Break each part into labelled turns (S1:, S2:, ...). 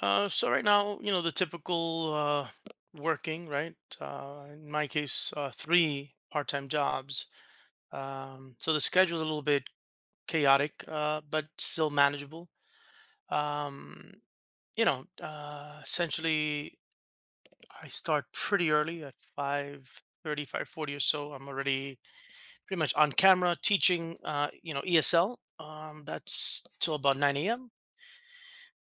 S1: So right now, you know, the typical working, right? In my case, three part-time jobs. So the schedule's a little bit chaotic, but still manageable. Um, you know, essentially, I start pretty early at 5:30, 5:40 or so. I'm already pretty much on camera teaching, ESL. That's till about 9 a.m.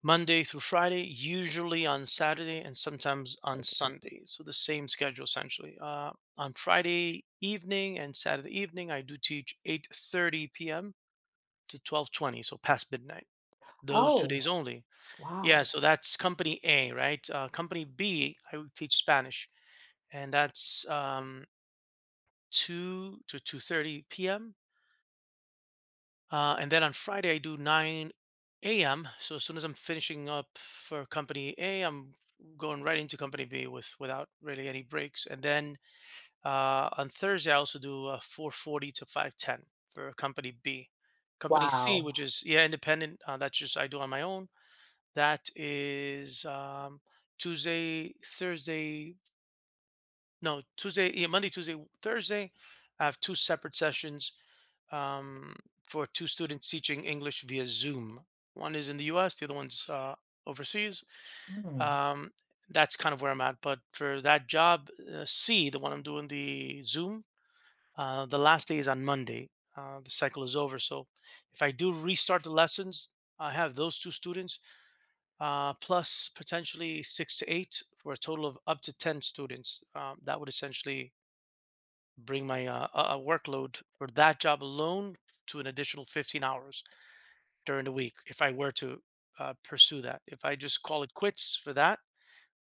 S1: Monday through Friday, usually on Saturday and sometimes on Sunday. So the same schedule essentially. On Friday evening and Saturday evening, I do teach 8:30 p.m. to 12:20, so past midnight. Those 2 days
S2: Oh,
S1: only.
S2: wow.
S1: Yeah,
S2: Yeah.
S1: so that's company A, right? Company B, I would teach Spanish, and that's 2 to 2:30 p.m. And then on Friday, I do 9 a.m. So as soon as I'm finishing up for company A, I'm going right into company B without really any breaks. And then on Thursday, I also do 4:40 to 5:10 for company B. Company C,
S2: Wow.
S1: which is, yeah, independent, that's just I do on my own. That is Tuesday, Thursday, no Tuesday, yeah, Monday, Tuesday, Thursday. I have two separate sessions um, for two students teaching English via Zoom. One is in the US, the other one's overseas.
S2: Mm,
S1: Um, that's kind of where I'm at. But for that job C, the one I'm doing the Zoom, the last day is on Monday. The cycle is over. So if I do restart the lessons, I have those two students plus potentially six to eight for a total of up to 10 students. That would essentially bring my workload for that job alone to an additional 15 hours during the week if I were to pursue that. If I just call it quits for that,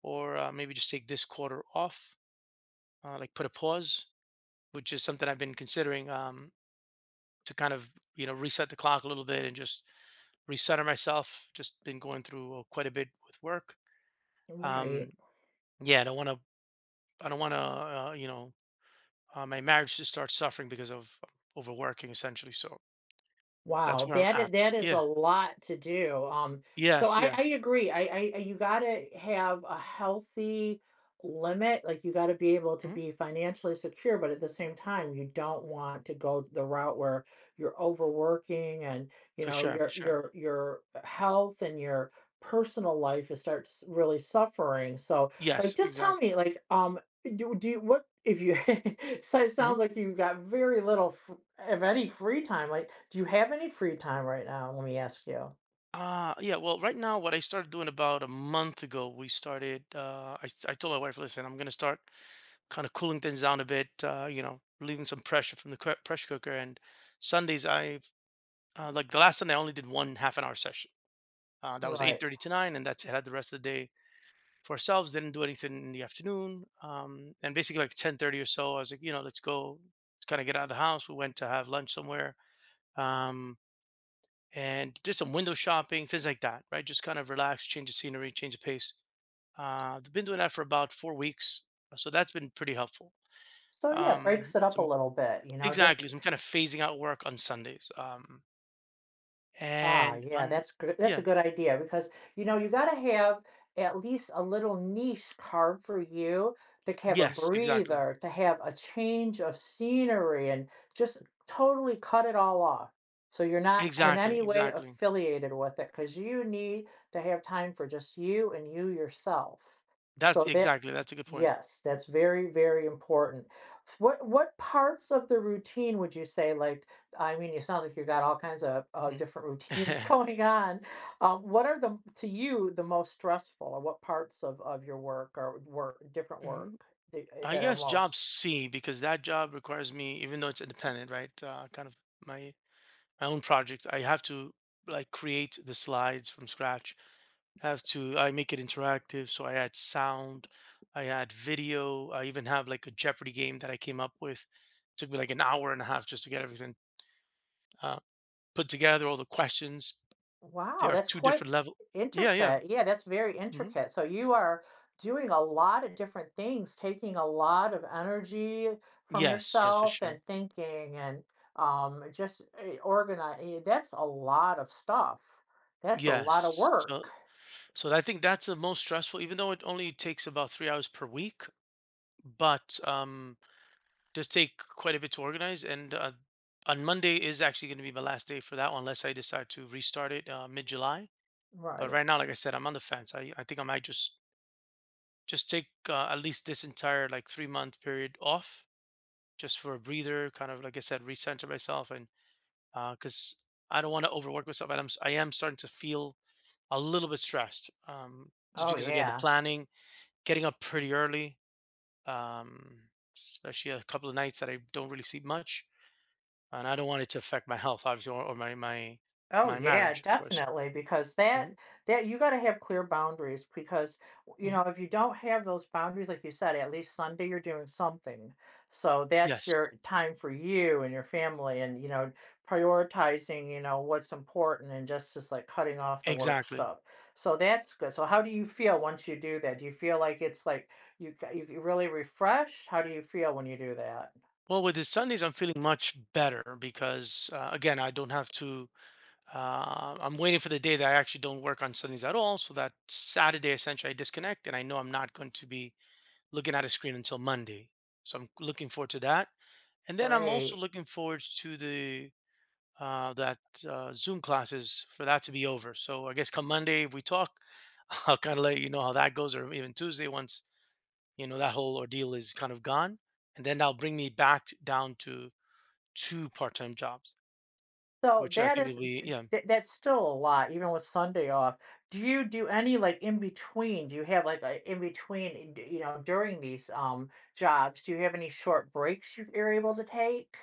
S1: or maybe just take this quarter off, like put a pause, which is something I've been considering, to kind of reset the clock a little bit and just recenter myself. Just been going through, quite a bit with work.
S2: right.
S1: Um, yeah, I don't want to. I don't want to. My marriage to start suffering because of overworking essentially. So that's
S2: Wow,
S1: where I'm at.
S2: that is a
S1: Yeah.
S2: lot to do, so
S1: Yes.
S2: I
S1: Yes.
S2: agree, I you gotta have a healthy limit, like, you gotta be able to
S1: Mhm.
S2: be financially secure, but at the same time, you don't want to go the route where you're overworking and, you
S1: For
S2: know,
S1: sure. For
S2: your
S1: sure.
S2: your your health and your personal life, is starts really suffering, so, like,
S1: Yes.
S2: just tell
S1: Exactly.
S2: me, like, do do you what if you so it
S1: Mhm.
S2: sounds like you've got very little if any free time, like, do you have any free time right now? Let me ask you.
S1: Yeah, well, right now what I started doing about a month ago, we started I told my wife, "Listen, I'm gonna start kind of cooling things down a bit, you know, relieving some pressure from the pressure cooker." And Sundays I've like the last Sunday I only did one half an hour session. That was eight
S2: Right.
S1: thirty to nine and that's it. Had the rest of the day for ourselves, didn't do anything in the afternoon. And basically like 10:30 or so, I was like, you know, let's kind of get out of the house. We went to have lunch somewhere. Um and did some window shopping, things like that, right? Just kind of relax, change the scenery, change the pace. I've been doing that for about 4 weeks, so that's been pretty helpful.
S2: So yeah, breaks it up a
S1: Some
S2: little bit, you know,
S1: Exactly,
S2: just.
S1: some kind of phasing out work on Sundays.
S2: Ah,
S1: And
S2: yeah,
S1: on
S2: that's good. That's a
S1: Yeah,
S2: good idea because you know you got to have at least a little niche carved for you to have a
S1: yes, exactly,
S2: breather, to have a change of scenery, and just totally cut it all off. So you're not in
S1: exactly,
S2: any way
S1: exactly.
S2: affiliated with it because you need to have time for just you and you yourself. So that,
S1: That's a good point.
S2: yes, that's very, very important. What parts of the routine would you say like? I mean, it sounds like you got all kinds of
S1: Mm. Mm.
S2: different routines going on. What are the to you the most stressful, or what parts of your work or work different work
S1: Mhm.
S2: that, eh,
S1: I
S2: that are
S1: guess job
S2: most?
S1: C because that job requires me, even though it's independent, right? Kind of my my own project. I have to like create the slides from scratch. Have to I make it interactive, so I add sound, I add video. I even have like a Jeopardy game that I came up with. Took me like an hour and a half just to get everything, uh, put together, all the questions.
S2: Wow,
S1: There are
S2: that's
S1: two
S2: quite
S1: different level. Yeah, yeah.
S2: intricate. Yeah, that's very
S1: Hmm.
S2: intricate. So you are doing a lot of different things, taking a lot of energy from
S1: Yes, yes, for
S2: yourself
S1: sure.
S2: and thinking and just organize. That's a lot of stuff. That's a lot of
S1: Yes. So
S2: work.
S1: so I think that's the most stressful, even though it only takes about 3 hours per week. But does take quite a bit to organize. And on Monday is actually going to be my last day for that one, unless I decide to restart it mid July. But
S2: Right.
S1: right now, like I said, I'm on the fence. I think I might just take, at least this entire like 3 month period off, just for a breather, kind of like I said, recenter myself, and because I don't want to overwork myself. I am starting to feel a little bit stressed, just
S2: Oh
S1: because again the
S2: yeah.
S1: planning, getting up pretty early, um, especially a couple of nights that I don't really sleep much and I don't want it to affect my health, obviously, or my my
S2: Oh
S1: my
S2: yeah,
S1: marriage, of course.
S2: definitely, because
S1: Hmm.
S2: that you gotta have clear boundaries because, you know,
S1: Hmm.
S2: if you don't have those boundaries, like you said, at least Sunday you're doing something. So that's
S1: Yes,
S2: your time for you and your family and, you know, prioritizing, you know, what's important and just, like, cutting off the work
S1: exactly.
S2: stuff. So that's good. So how do you feel once you do that? Do you feel like it's, like, you g you really refreshed? How do you feel when you do that?
S1: Well, with the Sundays, I'm feeling much better because, again, I don't have to. I'm waiting for the day that I actually don't work on Sundays at all, so that Saturday essentially I disconnect, and I know I'm not going to be looking at a screen until Monday. So I'm looking forward to that, and then I'm also
S2: Great.
S1: looking forward to the that Zoom classes for that to be over. So I guess come Monday, if we talk, I'll kind of let you know how that goes, or even Tuesday once you know that whole ordeal is kind of gone, and then that'll bring me back down to two part-time jobs,
S2: So
S1: which I
S2: that
S1: think
S2: is
S1: will be, yeah.
S2: th that's still a lot, even with Sunday off. Do you do any, like, in between? Do you have, like, a in between, in d you know, during these, jobs, do you have any short breaks you're able to take?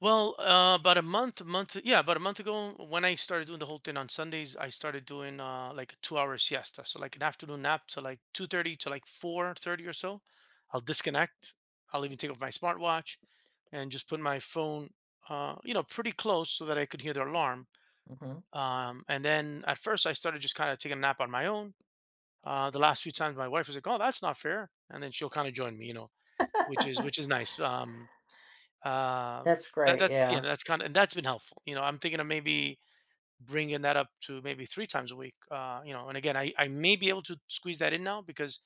S1: Well, about yeah, about a month ago, when I started doing the whole thing on Sundays, I started doing, like a 2-hour siesta, so like an afternoon nap to like 2:30 to like 4:30 or so. I'll disconnect. I'll even take off my smartwatch and just put my phone pretty close so that I could hear the alarm.
S2: Mhm.
S1: And then at first, I started just kind of taking a nap on my own. The last few times, my wife was like, "Oh, that's not fair," and then she'll kind of join me, you know, which is nice. Um,
S2: That's great,
S1: that's, yeah,
S2: yeah.
S1: that's kind of, and that's been helpful. You know, I'm thinking of maybe bringing that up to maybe 3 times a week. You know, and again, I may be able to squeeze that in now because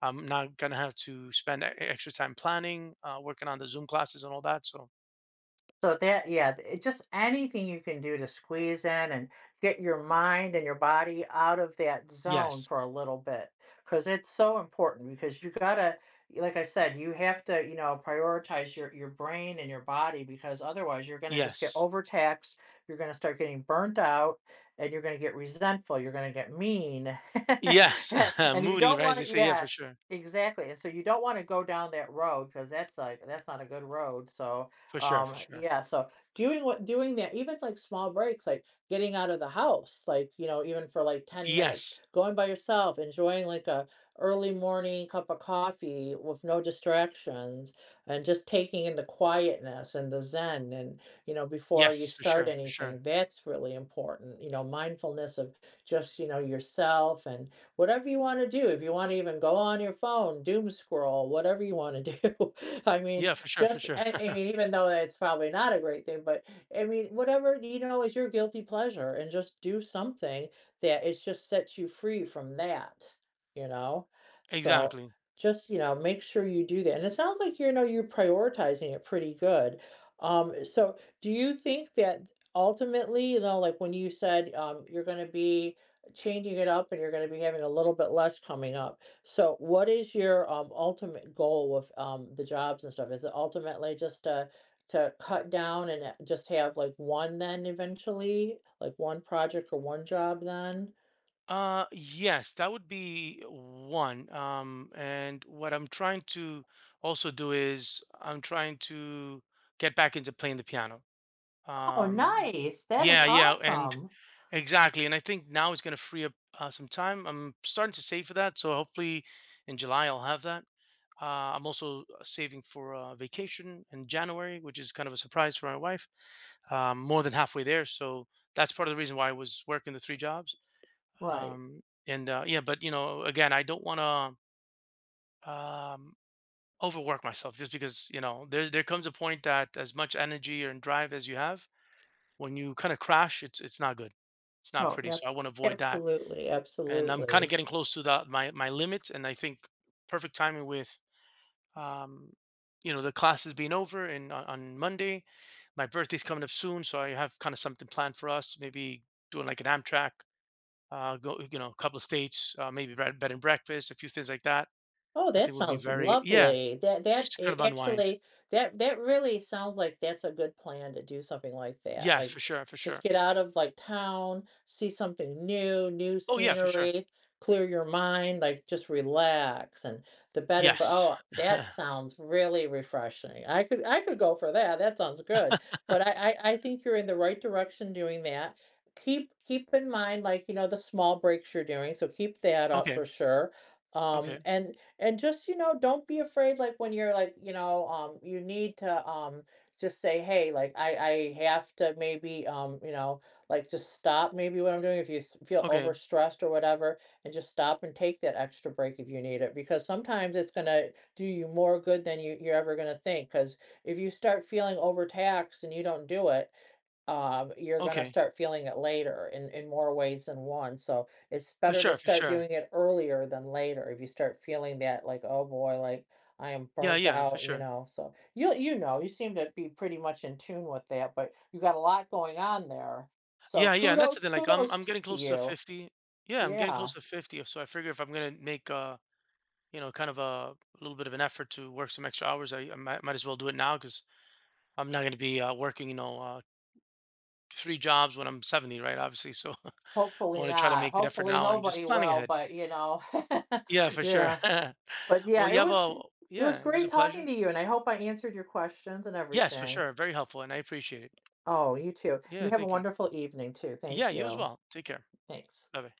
S1: I'm not gonna have to spend extra time planning, working on the Zoom classes and all that. So
S2: So that, yeah, it just anything you can do to squeeze in and get your mind and your body out of that zone
S1: yes,
S2: for a little bit, because it's so important. Because you gotta, like I said, you have to, you know, prioritize your brain and your body because otherwise you're gonna just get
S1: yes,
S2: overtaxed. You're gonna start getting burnt out, and you're gonna get resentful. You're gonna get mean,
S1: yes,
S2: and you
S1: moody,
S2: don't
S1: right? As
S2: want
S1: they
S2: to,
S1: say, yeah,
S2: yeah.
S1: for sure,
S2: Exactly. And so you don't want to go down that road because that's like that's not a good road. So
S1: for sure, for sure.
S2: yeah, so doing that, even like small breaks, like getting out of the house, like, you know, even for like 10 minutes,
S1: Yes,
S2: going by yourself, enjoying like a early morning cup of coffee with no distractions, and just taking in the quietness and the zen and, you know, before you
S1: yes, for
S2: start
S1: sure, for sure.
S2: anything, that's really important. You know, mindfulness of just, you know, yourself and whatever you want to do. If you want to even go on your phone, doom scroll, whatever you want to do. I mean,
S1: Yeah, for sure, for
S2: just,
S1: sure.
S2: I mean, even though it's probably not a great thing, but I mean, whatever, you know, is your guilty pleasure and just do something that it just sets you free from that, you know? So
S1: Exactly.
S2: just, you know, make sure you do that. And it sounds like, you know, you're prioritizing it pretty good. So do you think that ultimately, you know, like when you said you're going to be changing it up and you're going to be having a little bit less coming up, so what is your ultimate goal with the jobs and stuff? Is it ultimately just to cut down and just have like one then eventually, like one project or one job then?
S1: Yes, that would be one. And what I'm trying to also do is I'm trying to get back into playing the piano.
S2: Oh,
S1: Um,
S2: nice. That is
S1: yeah, yeah, and
S2: awesome.
S1: exactly. And I think now it's going to free up, some time. I'm starting to save for that, so hopefully in July I'll have that. I'm also saving for a vacation in January, which is kind of a surprise for my wife. More than halfway there, so that's part of the reason why I was working the three jobs.
S2: Right.
S1: Um and Yeah, but you know, again, I don't want to um overwork myself, just because, you know, there comes a point that as much energy and drive as you have, when you kind of crash, it's not good, it's not
S2: Oh,
S1: pretty,
S2: yep.
S1: so I want to avoid that.
S2: Absolutely,
S1: And I'm kind of
S2: absolutely.
S1: getting close to the my my limit, and I think perfect timing with, um you know, the classes being over and on monday. My birthday's coming up soon, so I have kind of something planned for us, maybe doing like an amtrak go, you know, a couple of states, maybe bed and breakfast, a few things like that.
S2: Oh,
S1: I
S2: that
S1: think would be
S2: sounds
S1: very, yeah,
S2: lovely. That that
S1: just to
S2: a
S1: kind of unwind.
S2: actually, that that really sounds like that's a good plan to do something like that.
S1: Yes,
S2: Like,
S1: for sure, for
S2: just
S1: sure.
S2: get out of, like, town, see something new, new
S1: Oh yeah, for sure.
S2: scenery, clear your mind, like, just relax, and the bed and bre
S1: Yes.
S2: oh, that sounds really refreshing. I could go for that, that sounds good. But I think you're in the right direction doing that. Keep in mind, like, you know, the small breaks you're doing, so keep that up for
S1: Okay.
S2: sure. Um,
S1: Okay.
S2: and and just you know don't be afraid like when you're like you know you need to just say hey like I have to maybe you know like just stop maybe what I'm doing if you feel
S1: Okay.
S2: overstressed or whatever and just stop and take that extra break if you need it because sometimes it's going to do you more good than you're ever going to think because if you start feeling overtaxed and you don't do it you're gonna
S1: Okay.
S2: start feeling it later in more ways than one. So it's
S1: For
S2: better to
S1: sure. For
S2: start
S1: sure.
S2: doing it earlier than later if you start feeling that like, oh boy, like I am
S1: Yeah.
S2: burnt
S1: Yeah. For
S2: out, you
S1: sure.
S2: know. So you know, you seem to be pretty much in tune with that, but you got a lot going on there. So
S1: Yeah. Yeah. And that's the
S2: kudos,
S1: thing. Like, I'm I'm getting
S2: to
S1: close to
S2: you.
S1: 50. Yeah, I'm getting
S2: Yeah.
S1: close to 50. So I figure if I'm gonna make, you know, kind of a little bit of an effort to work some extra hours, I might as well do it now because I'm not gonna be working, you know, three jobs when I'm 70, right? Obviously. So I
S2: Hopefully
S1: want to try to
S2: not.
S1: make an effort
S2: Hopefully
S1: now and
S2: nobody
S1: just planning
S2: will,
S1: ahead.
S2: but you know.
S1: Yeah, for sure.
S2: yeah. But
S1: well,
S2: yeah,
S1: you have a
S2: it was
S1: Yeah. It was a
S2: great talking
S1: pleasure.
S2: to you and I hope I answered your questions and
S1: Yes, for
S2: everything.
S1: sure. Very helpful, and I appreciate it.
S2: Oh, you too. You
S1: Yeah,
S2: have a
S1: thank you.
S2: wonderful evening too.
S1: Yeah,
S2: Thank
S1: you as
S2: you.
S1: well. Take care.
S2: Thanks.
S1: Bye bye.